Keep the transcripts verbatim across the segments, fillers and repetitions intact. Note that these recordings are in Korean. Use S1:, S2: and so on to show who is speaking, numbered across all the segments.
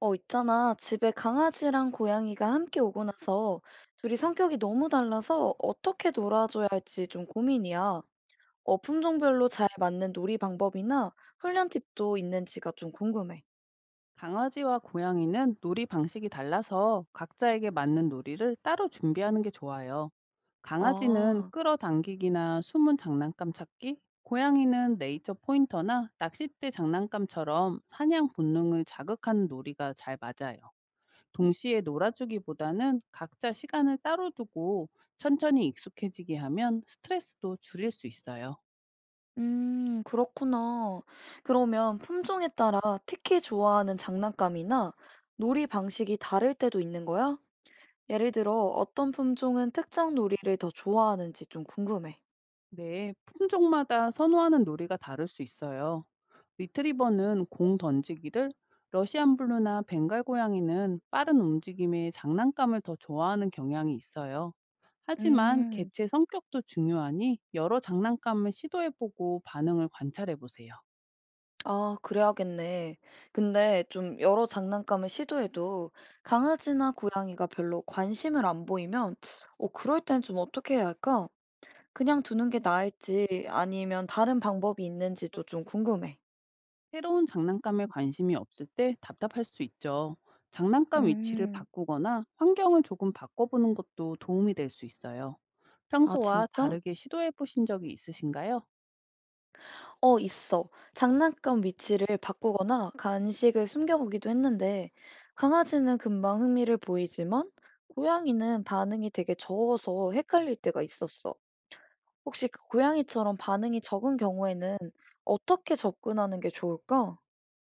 S1: 어, 있잖아. 집에 강아지랑 고양이가 함께 오고 나서 둘이 성격이 너무 달라서 어떻게 놀아줘야 할지 좀 고민이야. 어, 품종별로 잘 맞는 놀이 방법이나 훈련 팁도 있는지가 좀 궁금해.
S2: 강아지와 고양이는 놀이 방식이 달라서 각자에게 맞는 놀이를 따로 준비하는 게 좋아요. 강아지는
S1: 아,
S2: 끌어당기기나 숨은 장난감 찾기, 고양이는 네이처 포인터나 낚싯대 장난감처럼 사냥 본능을 자극하는 놀이가 잘 맞아요. 동시에 놀아주기보다는 각자 시간을 따로 두고 천천히 익숙해지게 하면 스트레스도 줄일 수 있어요.
S1: 음, 그렇구나. 그러면 품종에 따라 특히 좋아하는 장난감이나 놀이 방식이 다를 때도 있는 거야? 예를 들어 어떤 품종은 특정 놀이를 더 좋아하는지 좀 궁금해.
S2: 네, 품종마다 선호하는 놀이가 다를 수 있어요. 리트리버는 공 던지기를, 러시안 블루나 벵갈 고양이는 빠른 움직임에 장난감을 더 좋아하는 경향이 있어요. 하지만
S1: 음.
S2: 개체 성격도 중요하니 여러 장난감을 시도해보고 반응을 관찰해보세요.
S1: 아, 그래야겠네. 근데 좀 여러 장난감을 시도해도 강아지나 고양이가 별로 관심을 안 보이면, 어, 그럴 땐 좀 어떻게 해야 할까? 그냥 두는 게 나을지 아니면 다른 방법이 있는지도 좀 궁금해.
S2: 새로운 장난감에 관심이 없을 때 답답할 수 있죠. 장난감 위치를
S1: 음,
S2: 바꾸거나 환경을 조금 바꿔보는 것도 도움이 될 수 있어요.
S1: 아,
S2: 평소와
S1: 진짜?
S2: 다르게 시도해보신 적이 있으신가요?
S1: 어, 있어. 장난감 위치를 바꾸거나 간식을 숨겨보기도 했는데, 강아지는 금방 흥미를 보이지만, 고양이는 반응이 되게 적어서 헷갈릴 때가 있었어. 혹시 그 고양이처럼 반응이 적은 경우에는 어떻게 접근하는 게 좋을까?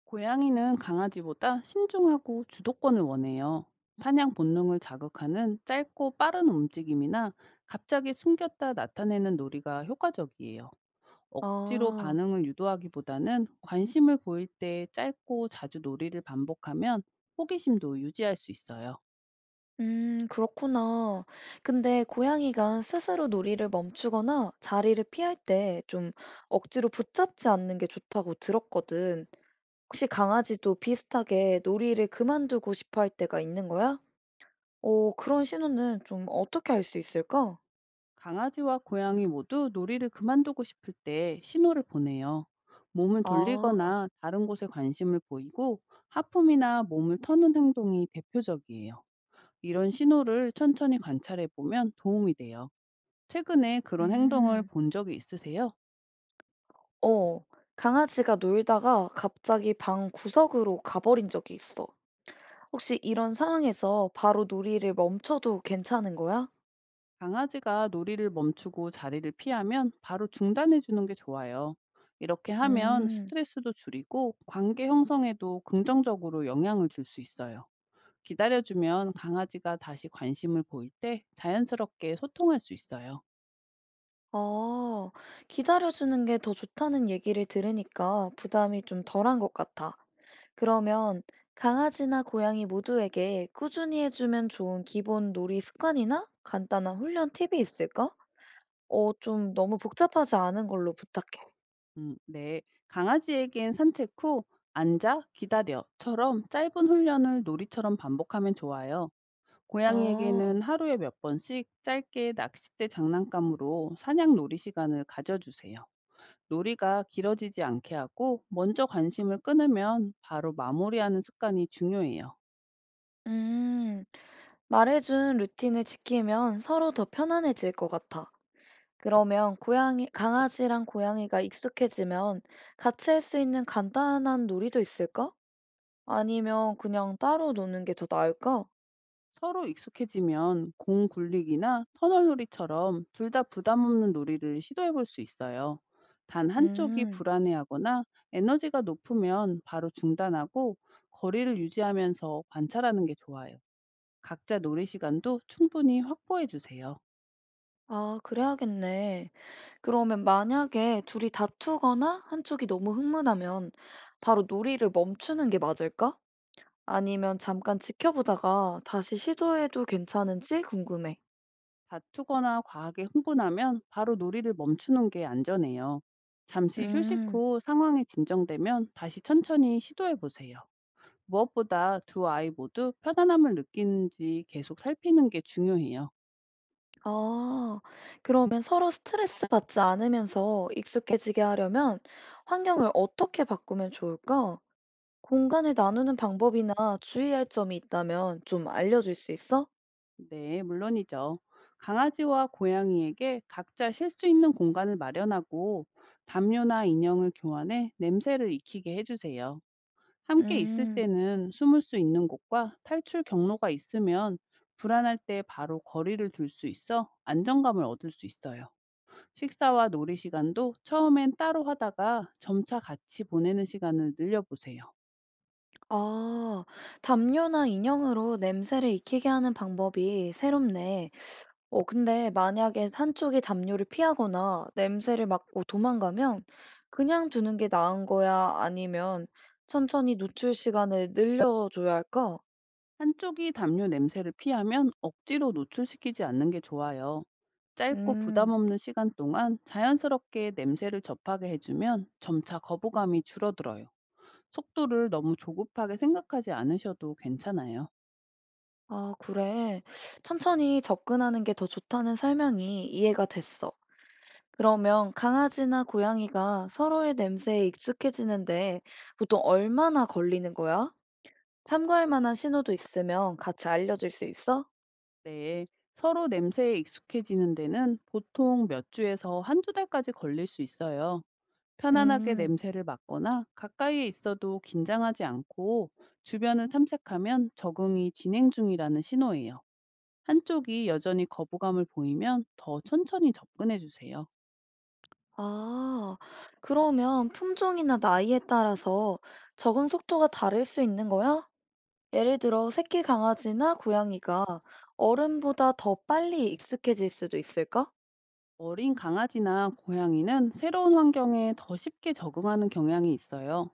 S2: 고양이는 강아지보다 신중하고 주도권을 원해요. 사냥 본능을 자극하는 짧고 빠른 움직임이나 갑자기 숨겼다 나타내는 놀이가 효과적이에요. 억지로
S1: 아,
S2: 반응을 유도하기보다는 관심을 보일 때 짧고 자주 놀이를 반복하면 호기심도 유지할 수 있어요.
S1: 음, 그렇구나. 근데 고양이가 스스로 놀이를 멈추거나 자리를 피할 때 좀 억지로 붙잡지 않는 게 좋다고 들었거든. 혹시 강아지도 비슷하게 놀이를 그만두고 싶어 할 때가 있는 거야? 오, 그런 신호는 좀 어떻게 알 수 있을까?
S2: 강아지와 고양이 모두 놀이를 그만두고 싶을 때 신호를 보내요. 몸을
S1: 아,
S2: 돌리거나 다른 곳에 관심을 보이고 하품이나 몸을 터는 행동이 대표적이에요. 이런 신호를 천천히 관찰해 보면 도움이 돼요. 최근에 그런 행동을
S1: 음.
S2: 본 적이 있으세요?
S1: 어. 강아지가 놀다가 갑자기 방 구석으로 가버린 적이 있어. 혹시 이런 상황에서 바로 놀이를 멈춰도 괜찮은 거야?
S2: 강아지가 놀이를 멈추고 자리를 피하면 바로 중단해 주는 게 좋아요. 이렇게 하면
S1: 음.
S2: 스트레스도 줄이고 관계 형성에도 긍정적으로 영향을 줄 수 있어요. 기다려주면 강아지가 다시 관심을 보일 때 자연스럽게 소통할 수 있어요.
S1: 아, 기다려주는 게 더 좋다는 얘기를 들으니까 부담이 좀 덜한 것 같아. 그러면 강아지나 고양이 모두에게 꾸준히 해주면 좋은 기본 놀이 습관이나 간단한 훈련 팁이 있을까? 어, 좀 너무 복잡하지 않은 걸로 부탁해.
S2: 음, 네. 강아지에겐 산책 후 앉아, 기다려처럼 짧은 훈련을 놀이처럼 반복하면 좋아요.
S1: 아,
S2: 고양이에게는 하루에 몇 번씩 짧게 낚싯대 장난감으로 사냥 놀이 시간을 가져주세요. 놀이가 길어지지 않게 하고 먼저 관심을 끊으면 바로 마무리하는 습관이 중요해요.
S1: 음. 말해준 루틴을 지키면 서로 더 편안해질 것 같아. 그러면 고양이, 강아지랑 고양이가 익숙해지면 같이 할 수 있는 간단한 놀이도 있을까? 아니면 그냥 따로 노는 게 더 나을까?
S2: 서로 익숙해지면 공 굴리기나 터널 놀이처럼 둘 다 부담 없는 놀이를 시도해 볼 수 있어요. 단 한쪽이
S1: 음,
S2: 불안해하거나 에너지가 높으면 바로 중단하고 거리를 유지하면서 관찰하는 게 좋아요. 각자 놀이 시간도 충분히 확보해 주세요.
S1: 아, 그래야겠네. 그러면 만약에 둘이 다투거나 한쪽이 너무 흥분하면 바로 놀이를 멈추는 게 맞을까? 아니면 잠깐 지켜보다가 다시 시도해도 괜찮은지 궁금해.
S2: 다투거나 과하게 흥분하면 바로 놀이를 멈추는 게 안전해요. 잠시 휴식
S1: 음.
S2: 후 상황이 진정되면 다시 천천히 시도해 보세요. 무엇보다 두 아이 모두 편안함을 느끼는지 계속 살피는 게 중요해요.
S1: 아, 그러면 서로 스트레스 받지 않으면서 익숙해지게 하려면 환경을 어떻게 바꾸면 좋을까? 공간을 나누는 방법이나 주의할 점이 있다면 좀 알려줄 수 있어?
S2: 네, 물론이죠. 강아지와 고양이에게 각자 쉴 수 있는 공간을 마련하고 담요나 인형을 교환해 냄새를 익히게 해주세요. 함께 있을
S1: 음,
S2: 때는 숨을 수 있는 곳과 탈출 경로가 있으면 불안할 때 바로 거리를 둘 수 있어 안정감을 얻을 수 있어요. 식사와 놀이 시간도 처음엔 따로 하다가 점차 같이 보내는 시간을 늘려보세요.
S1: 아, 담요나 인형으로 냄새를 익히게 하는 방법이 새롭네. 어, 근데 만약에 한쪽이 담요를 피하거나 냄새를 맡고 도망가면 그냥 두는 게 나은 거야? 아니면 천천히 노출 시간을 늘려줘야 할까?
S2: 한쪽이 담요 냄새를 피하면 억지로 노출시키지 않는 게 좋아요. 짧고 부담
S1: 음,
S2: 없는 시간 동안 자연스럽게 냄새를 접하게 해주면 점차 거부감이 줄어들어요. 속도를 너무 조급하게 생각하지 않으셔도 괜찮아요.
S1: 아, 그래. 천천히 접근하는 게 더 좋다는 설명이 이해가 됐어. 그러면 강아지나 고양이가 서로의 냄새에 익숙해지는데 보통 얼마나 걸리는 거야? 참고할 만한 신호도 있으면 같이 알려줄 수 있어?
S2: 네, 서로 냄새에 익숙해지는 데는 보통 몇 주에서 한두 달까지 걸릴 수 있어요. 편안하게
S1: 음,
S2: 냄새를 맡거나 가까이에 있어도 긴장하지 않고 주변을 탐색하면 적응이 진행 중이라는 신호예요. 한쪽이 여전히 거부감을 보이면 더 천천히 접근해 주세요.
S1: 아, 그러면 품종이나 나이에 따라서 적응 속도가 다를 수 있는 거야? 예를 들어, 새끼 강아지나 고양이가 어른보다 더 빨리 익숙해질 수도 있을까?
S2: 어린 강아지나 고양이는 새로운 환경에 더 쉽게 적응하는 경향이 있어요.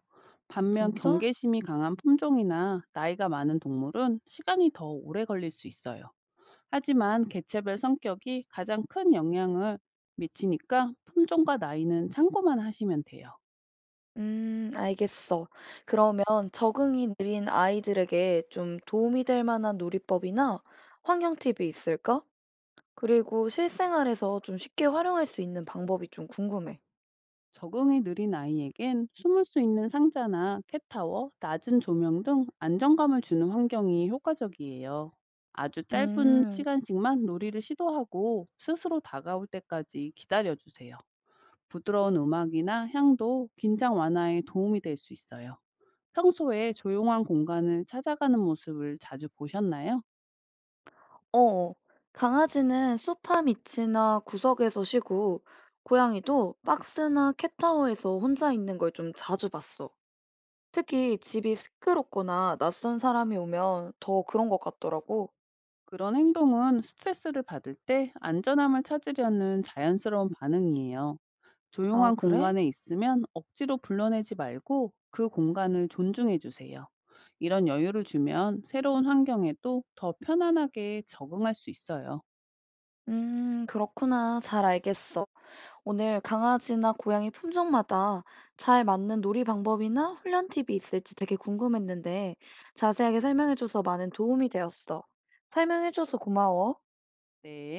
S2: 반면
S1: 진짜?
S2: 경계심이 강한 품종이나 나이가 많은 동물은 시간이 더 오래 걸릴 수 있어요. 하지만 개체별 성격이 가장 큰 영향을 미치니까 품종과 나이는 참고만 하시면 돼요.
S1: 음, 알겠어. 그러면 적응이 느린 아이들에게 좀 도움이 될 만한 놀이법이나 환경 팁이 있을까? 그리고 실생활에서 좀 쉽게 활용할 수 있는 방법이 좀 궁금해.
S2: 적응이 느린 아이에겐 숨을 수 있는 상자나 캣타워, 낮은 조명 등 안정감을 주는 환경이 효과적이에요. 아주 짧은
S1: 음,
S2: 시간씩만 놀이를 시도하고 스스로 다가올 때까지 기다려주세요. 부드러운 음악이나 향도 긴장 완화에 도움이 될 수 있어요. 평소에 조용한 공간을 찾아가는 모습을 자주 보셨나요?
S1: 어. 강아지는 소파 밑이나 구석에서 쉬고, 고양이도 박스나 캣타워에서 혼자 있는 걸 좀 자주 봤어. 특히 집이 시끄럽거나 낯선 사람이 오면 더 그런 것 같더라고.
S2: 그런 행동은 스트레스를 받을 때 안전함을 찾으려는 자연스러운 반응이에요.
S1: 아,
S2: 조용한
S1: 그래?
S2: 공간에 있으면 억지로 불러내지 말고 그 공간을 존중해 주세요. 이런 여유를 주면 새로운 환경에도 더 편안하게 적응할 수 있어요.
S1: 음, 그렇구나. 잘 알겠어. 오늘 강아지나 고양이 품종마다 잘 맞는 놀이 방법이나 훈련 팁이 있을지 되게 궁금했는데 자세하게 설명해줘서 많은 도움이 되었어. 설명해줘서 고마워.
S2: 네.